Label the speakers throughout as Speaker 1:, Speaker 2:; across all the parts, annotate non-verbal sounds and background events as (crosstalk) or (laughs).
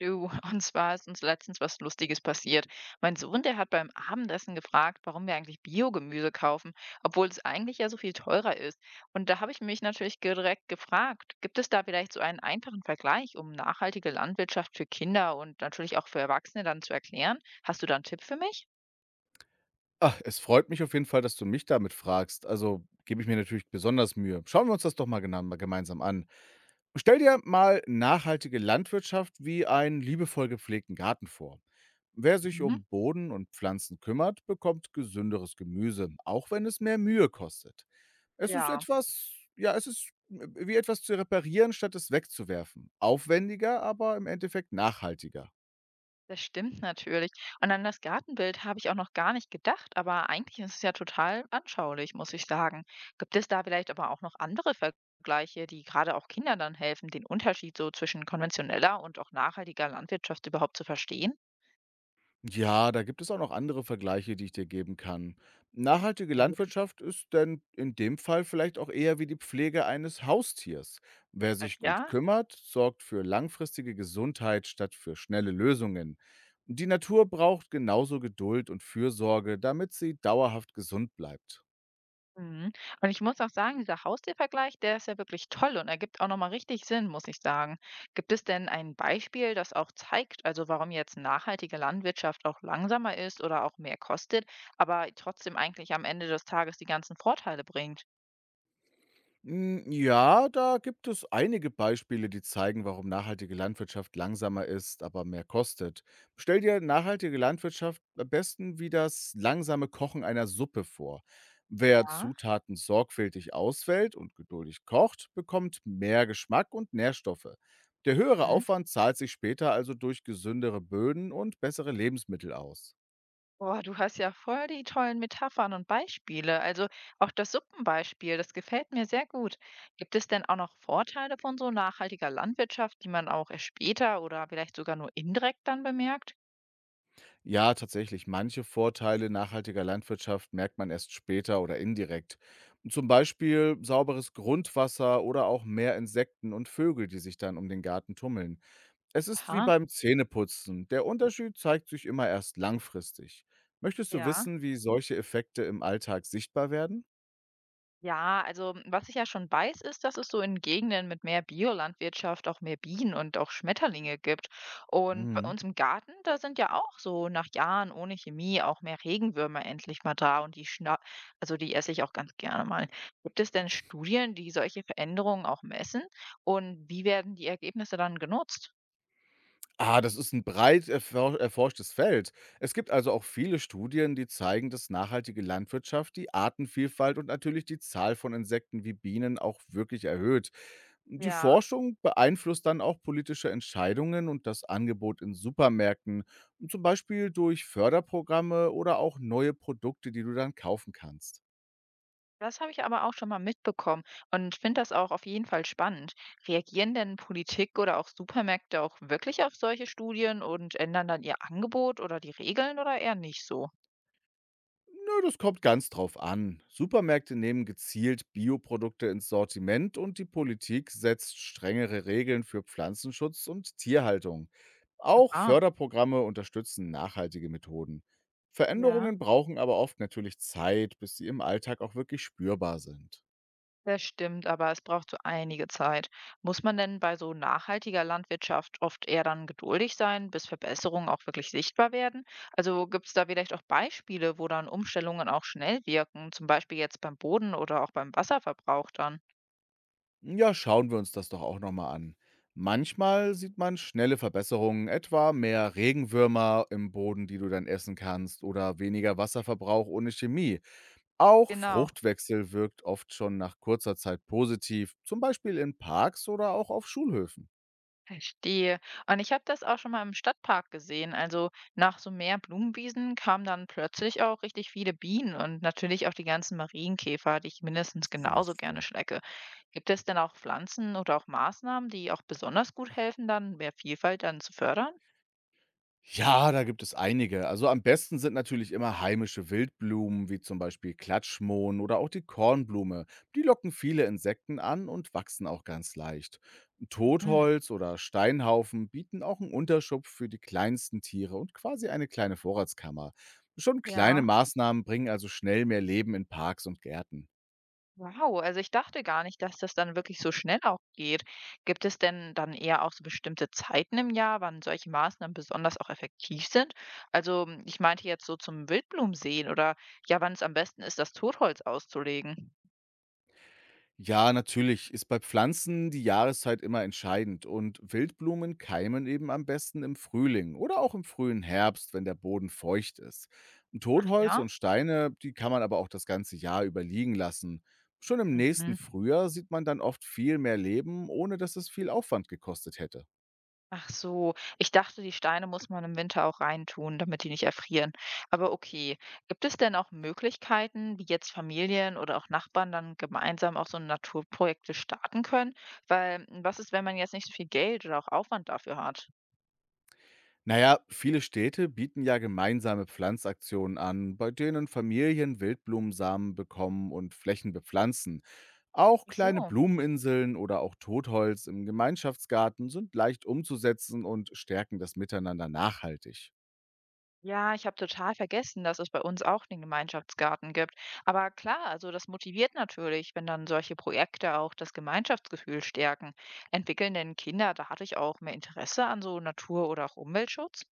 Speaker 1: Du, (laughs) und zwar ist uns letztens was Lustiges passiert. Mein Sohn, der hat beim Abendessen gefragt, warum wir eigentlich Biogemüse kaufen, obwohl es eigentlich ja so viel teurer ist. Und da habe ich mich natürlich direkt gefragt, gibt es da vielleicht so einen einfachen Vergleich, um nachhaltige Landwirtschaft für Kinder und natürlich auch für Erwachsene dann zu erklären? Hast du da einen Tipp für mich?
Speaker 2: Ach, es freut mich auf jeden Fall, dass du mich damit fragst. Also gebe ich mir natürlich besonders Mühe. Schauen wir uns das doch mal gemeinsam an. Stell dir mal nachhaltige Landwirtschaft wie einen liebevoll gepflegten Garten vor. Wer sich
Speaker 1: Mhm.
Speaker 2: um Boden und Pflanzen kümmert, bekommt gesünderes Gemüse, auch wenn es mehr Mühe kostet. Es ist
Speaker 1: Ja.
Speaker 2: etwas, ja, es ist wie etwas zu reparieren, statt es wegzuwerfen. Aufwendiger, aber im Endeffekt nachhaltiger.
Speaker 1: Das stimmt natürlich. Und an das Gartenbild habe ich auch noch gar nicht gedacht, aber eigentlich ist es ja total anschaulich, muss ich sagen. Gibt es da vielleicht aber auch noch andere Vergleiche, die gerade auch Kindern dann helfen, den Unterschied so zwischen konventioneller und auch nachhaltiger Landwirtschaft überhaupt zu verstehen?
Speaker 2: Ja, da gibt es auch noch andere Vergleiche, die ich dir geben kann. Nachhaltige
Speaker 1: Gut.
Speaker 2: Landwirtschaft ist denn in dem Fall vielleicht auch eher wie die Pflege eines Haustiers. Wer sich gut
Speaker 1: Ja.
Speaker 2: kümmert, sorgt für langfristige Gesundheit statt für schnelle Lösungen. Die Natur braucht genauso Geduld und Fürsorge, damit sie dauerhaft gesund bleibt.
Speaker 1: Mhm. Und ich muss auch sagen, dieser Haustiervergleich, der ist ja wirklich toll und ergibt auch nochmal richtig Sinn, muss ich sagen. Gibt es denn ein Beispiel, das auch zeigt, also warum jetzt nachhaltige Landwirtschaft auch langsamer ist oder auch mehr kostet, aber trotzdem eigentlich am Ende des Tages die ganzen Vorteile bringt?
Speaker 2: Hm, ja, da gibt es einige Beispiele, die zeigen, warum nachhaltige Landwirtschaft langsamer ist, aber mehr kostet. Stell dir nachhaltige Landwirtschaft am besten wie das langsame Kochen einer Suppe vor. Wer
Speaker 1: Ja.
Speaker 2: Zutaten sorgfältig auswählt und geduldig kocht, bekommt mehr Geschmack und Nährstoffe. Der höhere
Speaker 1: Mhm.
Speaker 2: Aufwand zahlt sich später also durch gesündere Böden und bessere Lebensmittel aus.
Speaker 1: Boah, du hast ja voll die tollen Metaphern und Beispiele. Also auch das Suppenbeispiel, das gefällt mir sehr gut. Gibt es denn auch noch Vorteile von so nachhaltiger Landwirtschaft, die man auch erst später oder vielleicht sogar nur indirekt dann bemerkt?
Speaker 2: Ja, tatsächlich. Manche Vorteile nachhaltiger Landwirtschaft merkt man erst später oder indirekt. Zum Beispiel sauberes Grundwasser oder auch mehr Insekten und Vögel, die sich dann um den Garten tummeln. Es ist wie
Speaker 1: Aha.
Speaker 2: beim Zähneputzen. Der Unterschied zeigt sich immer erst langfristig. Möchtest du
Speaker 1: Ja,
Speaker 2: wissen, wie solche Effekte im Alltag sichtbar werden?
Speaker 1: ja, also was ich ja schon weiß, ist, dass es so in Gegenden mit mehr Biolandwirtschaft auch mehr Bienen und auch Schmetterlinge gibt. Und bei
Speaker 2: Mhm.
Speaker 1: uns im Garten, da sind ja auch so nach Jahren ohne Chemie auch mehr Regenwürmer endlich mal da und die schna also die esse ich auch ganz gerne mal. Gibt es denn Studien, die solche Veränderungen auch messen? Und wie werden die Ergebnisse dann genutzt?
Speaker 2: Ah, das ist ein breit erforschtes Feld. Es gibt also auch viele Studien, die zeigen, dass nachhaltige Landwirtschaft die Artenvielfalt und natürlich die Zahl von Insekten wie Bienen auch wirklich erhöht. Die
Speaker 1: Ja.
Speaker 2: Forschung beeinflusst dann auch politische Entscheidungen und das Angebot in Supermärkten, zum Beispiel durch Förderprogramme oder auch neue Produkte, die du dann kaufen kannst.
Speaker 1: Das habe ich aber auch schon mal mitbekommen und finde das auch auf jeden Fall spannend. Reagieren denn Politik oder auch Supermärkte auch wirklich auf solche Studien und ändern dann ihr Angebot oder die Regeln oder eher nicht so?
Speaker 2: Nö, das kommt ganz drauf an. Supermärkte nehmen gezielt Bioprodukte ins Sortiment und die Politik setzt strengere Regeln für Pflanzenschutz und Tierhaltung. Auch
Speaker 1: Ah,
Speaker 2: Förderprogramme unterstützen nachhaltige Methoden.
Speaker 1: ja,
Speaker 2: Veränderungen brauchen aber oft natürlich Zeit, bis sie im Alltag auch wirklich spürbar sind.
Speaker 1: das stimmt, aber es braucht so einige Zeit. Muss man denn bei so nachhaltiger Landwirtschaft oft eher dann geduldig sein, bis Verbesserungen auch wirklich sichtbar werden? Also gibt es da vielleicht auch Beispiele, wo dann Umstellungen auch schnell wirken, zum Beispiel jetzt beim Boden oder auch beim Wasserverbrauch dann?
Speaker 2: Ja, schauen wir uns das doch auch nochmal an. Manchmal sieht man schnelle Verbesserungen, etwa mehr Regenwürmer im Boden, die du dann essen kannst, oder weniger Wasserverbrauch ohne Chemie. Auch
Speaker 1: Genau.
Speaker 2: Fruchtwechsel wirkt oft schon nach kurzer Zeit positiv, zum Beispiel in Parks oder auch auf Schulhöfen.
Speaker 1: Verstehe. Und ich habe das auch schon mal im Stadtpark gesehen. Also nach so mehr Blumenwiesen kamen dann plötzlich auch richtig viele Bienen und natürlich auch die ganzen Marienkäfer, die ich mindestens genauso gerne
Speaker 2: Siehste.
Speaker 1: schlecke. Gibt es denn auch Pflanzen oder auch Maßnahmen, die auch besonders gut helfen, dann mehr Vielfalt dann zu fördern?
Speaker 2: Ja, da gibt es einige. Also am besten sind natürlich immer heimische Wildblumen, wie zum Beispiel Klatschmohn oder auch die Kornblume. Die locken viele Insekten an und wachsen auch ganz leicht.
Speaker 1: Hm.
Speaker 2: Totholz oder Steinhaufen bieten auch einen Unterschupf für die kleinsten Tiere und quasi eine kleine Vorratskammer. Schon kleine
Speaker 1: Ja.
Speaker 2: Maßnahmen bringen also schnell mehr Leben in Parks und Gärten.
Speaker 1: Wow, also ich dachte gar nicht, dass das dann wirklich so schnell auch geht. Gibt es denn dann eher auch so bestimmte Zeiten im Jahr, wann solche Maßnahmen besonders auch effektiv sind? Also ich meinte jetzt so zum Wildblumen sehen oder ja, wann es am besten ist, das Totholz auszulegen.
Speaker 2: Ja, natürlich ist bei Pflanzen die Jahreszeit immer entscheidend und Wildblumen keimen eben am besten im Frühling oder auch im frühen Herbst, wenn der Boden feucht ist. Und
Speaker 1: Ach
Speaker 2: Totholz
Speaker 1: ja.
Speaker 2: und Steine, die kann man aber auch das ganze Jahr über liegen lassen. Schon im nächsten
Speaker 1: Mhm.
Speaker 2: Frühjahr sieht man dann oft viel mehr Leben, ohne dass es viel Aufwand gekostet hätte.
Speaker 1: Ach so, ich dachte, die Steine muss man im Winter auch reintun, damit die nicht erfrieren. Aber okay, gibt es denn auch Möglichkeiten, wie jetzt Familien oder auch Nachbarn dann gemeinsam auch so Naturprojekte starten können? Weil was ist, wenn man jetzt nicht so viel Geld oder auch Aufwand dafür hat?
Speaker 2: Naja, viele Städte bieten ja gemeinsame Pflanzaktionen an, bei denen Familien Wildblumensamen bekommen und Flächen bepflanzen. Auch
Speaker 1: Ach
Speaker 2: kleine
Speaker 1: so.
Speaker 2: Blumeninseln oder auch Totholz im Gemeinschaftsgarten sind leicht umzusetzen und stärken das Miteinander nachhaltig.
Speaker 1: Ja, ich habe total vergessen, dass es bei uns auch den Gemeinschaftsgarten gibt. Aber klar, also das motiviert natürlich, wenn dann solche Projekte auch das Gemeinschaftsgefühl stärken. Entwickeln denn Kinder dadurch auch mehr Interesse an so Natur- oder auch Umweltschutz?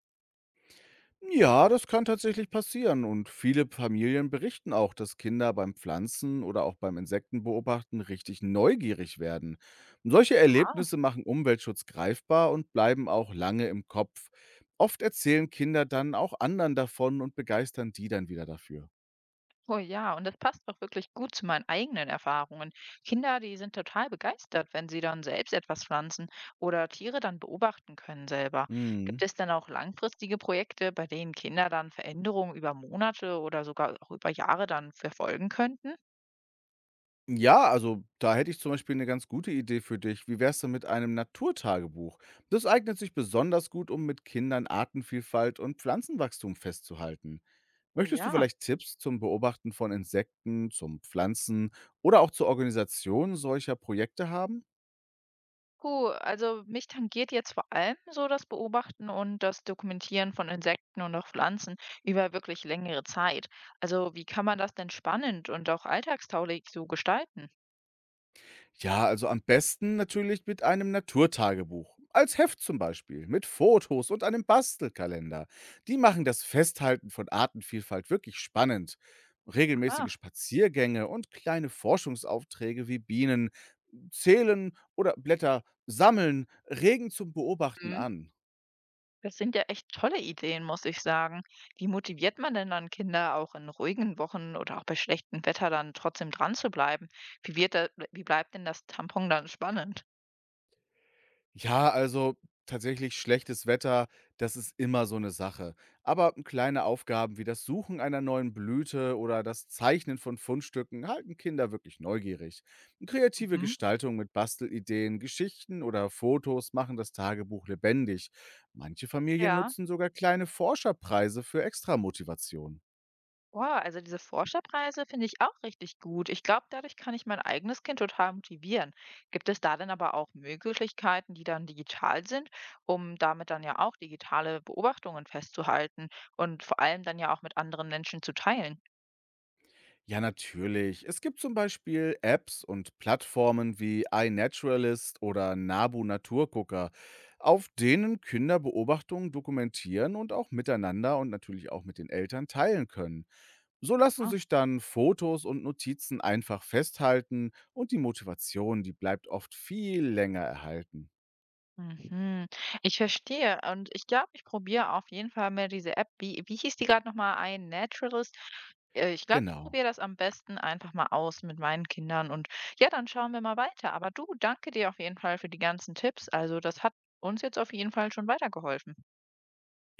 Speaker 2: Ja, das kann tatsächlich passieren und viele Familien berichten auch, dass Kinder beim Pflanzen oder auch beim Insektenbeobachten richtig neugierig werden. Solche
Speaker 1: Ah,
Speaker 2: Erlebnisse machen Umweltschutz greifbar und bleiben auch lange im Kopf. Oft erzählen Kinder dann auch anderen davon und begeistern die dann wieder dafür.
Speaker 1: oh ja, und das passt auch wirklich gut zu meinen eigenen Erfahrungen. Kinder, die sind total begeistert, wenn sie dann selbst etwas pflanzen oder Tiere dann beobachten können selber.
Speaker 2: Mhm.
Speaker 1: Gibt es denn auch langfristige Projekte, bei denen Kinder dann Veränderungen über Monate oder sogar auch über Jahre dann verfolgen könnten?
Speaker 2: Ja, also da hätte ich zum Beispiel eine ganz gute Idee für dich. Wie wär's denn mit einem Naturtagebuch? Das eignet sich besonders gut, um mit Kindern Artenvielfalt und Pflanzenwachstum festzuhalten.
Speaker 1: Oh
Speaker 2: Möchtest du
Speaker 1: ja.
Speaker 2: vielleicht Tipps zum Beobachten von Insekten, zum Pflanzen oder auch zur Organisation solcher Projekte haben?
Speaker 1: Puh, also mich tangiert jetzt vor allem so das Beobachten und das Dokumentieren von Insekten und auch Pflanzen über wirklich längere Zeit. Also wie kann man das denn spannend und auch alltagstauglich so gestalten?
Speaker 2: Ja, also am besten natürlich mit einem Naturtagebuch. Als Heft zum Beispiel, mit Fotos und einem Bastelkalender. Die machen das Festhalten von Artenvielfalt wirklich spannend. Regelmäßige
Speaker 1: Ah.
Speaker 2: Spaziergänge und kleine Forschungsaufträge wie Bienen zählen oder Blätter sammeln regen zum Beobachten
Speaker 1: Mhm.
Speaker 2: an.
Speaker 1: Das sind ja echt tolle Ideen, muss ich sagen. Wie motiviert man denn dann Kinder auch in ruhigen Wochen oder auch bei schlechtem Wetter dann trotzdem dran zu bleiben? Wie bleibt denn das Tampon dann spannend?
Speaker 2: Ja, also tatsächlich schlechtes Wetter, das ist immer so eine Sache. Aber kleine Aufgaben wie das Suchen einer neuen Blüte oder das Zeichnen von Fundstücken halten Kinder wirklich neugierig. Kreative
Speaker 1: Mhm.
Speaker 2: Gestaltung mit Bastelideen, Geschichten oder Fotos machen das Tagebuch lebendig. Manche Familien
Speaker 1: Ja.
Speaker 2: nutzen sogar kleine Forscherpreise für Extramotivation.
Speaker 1: Wow, also diese Forscherpreise finde ich auch richtig gut. Ich glaube, dadurch kann ich mein eigenes Kind total motivieren. Gibt es da denn aber auch Möglichkeiten, die dann digital sind, um damit dann ja auch digitale Beobachtungen festzuhalten und vor allem dann ja auch mit anderen Menschen zu teilen?
Speaker 2: Ja, natürlich. Es gibt zum Beispiel Apps und Plattformen wie iNaturalist oder Nabu Naturgucker, auf denen Kinder Beobachtungen dokumentieren und auch miteinander und natürlich auch mit den Eltern teilen können. So lassen sich dann Fotos und Notizen einfach festhalten und die Motivation, die bleibt oft viel länger erhalten.
Speaker 1: Mhm. Ich verstehe und ich glaube, ich probiere auf jeden Fall mal diese App. Wie hieß die gerade noch mal? Ein Naturalist. Ich glaube, ich
Speaker 2: Genau.
Speaker 1: probiere das am besten einfach mal aus mit meinen Kindern und ja, dann schauen wir mal weiter. Aber du, danke dir auf jeden Fall für die ganzen Tipps. Also, das hat uns jetzt auf jeden Fall schon weitergeholfen.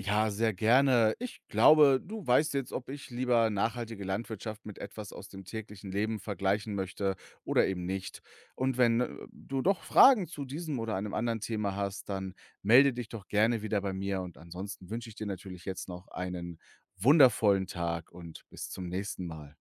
Speaker 2: Ja, sehr gerne. Ich glaube, du weißt jetzt, ob ich lieber nachhaltige Landwirtschaft mit etwas aus dem täglichen Leben vergleichen möchte oder eben nicht. Und wenn du doch Fragen zu diesem oder einem anderen Thema hast, dann melde dich doch gerne wieder bei mir. Und ansonsten wünsche ich dir natürlich jetzt noch einen wundervollen Tag und bis zum nächsten Mal.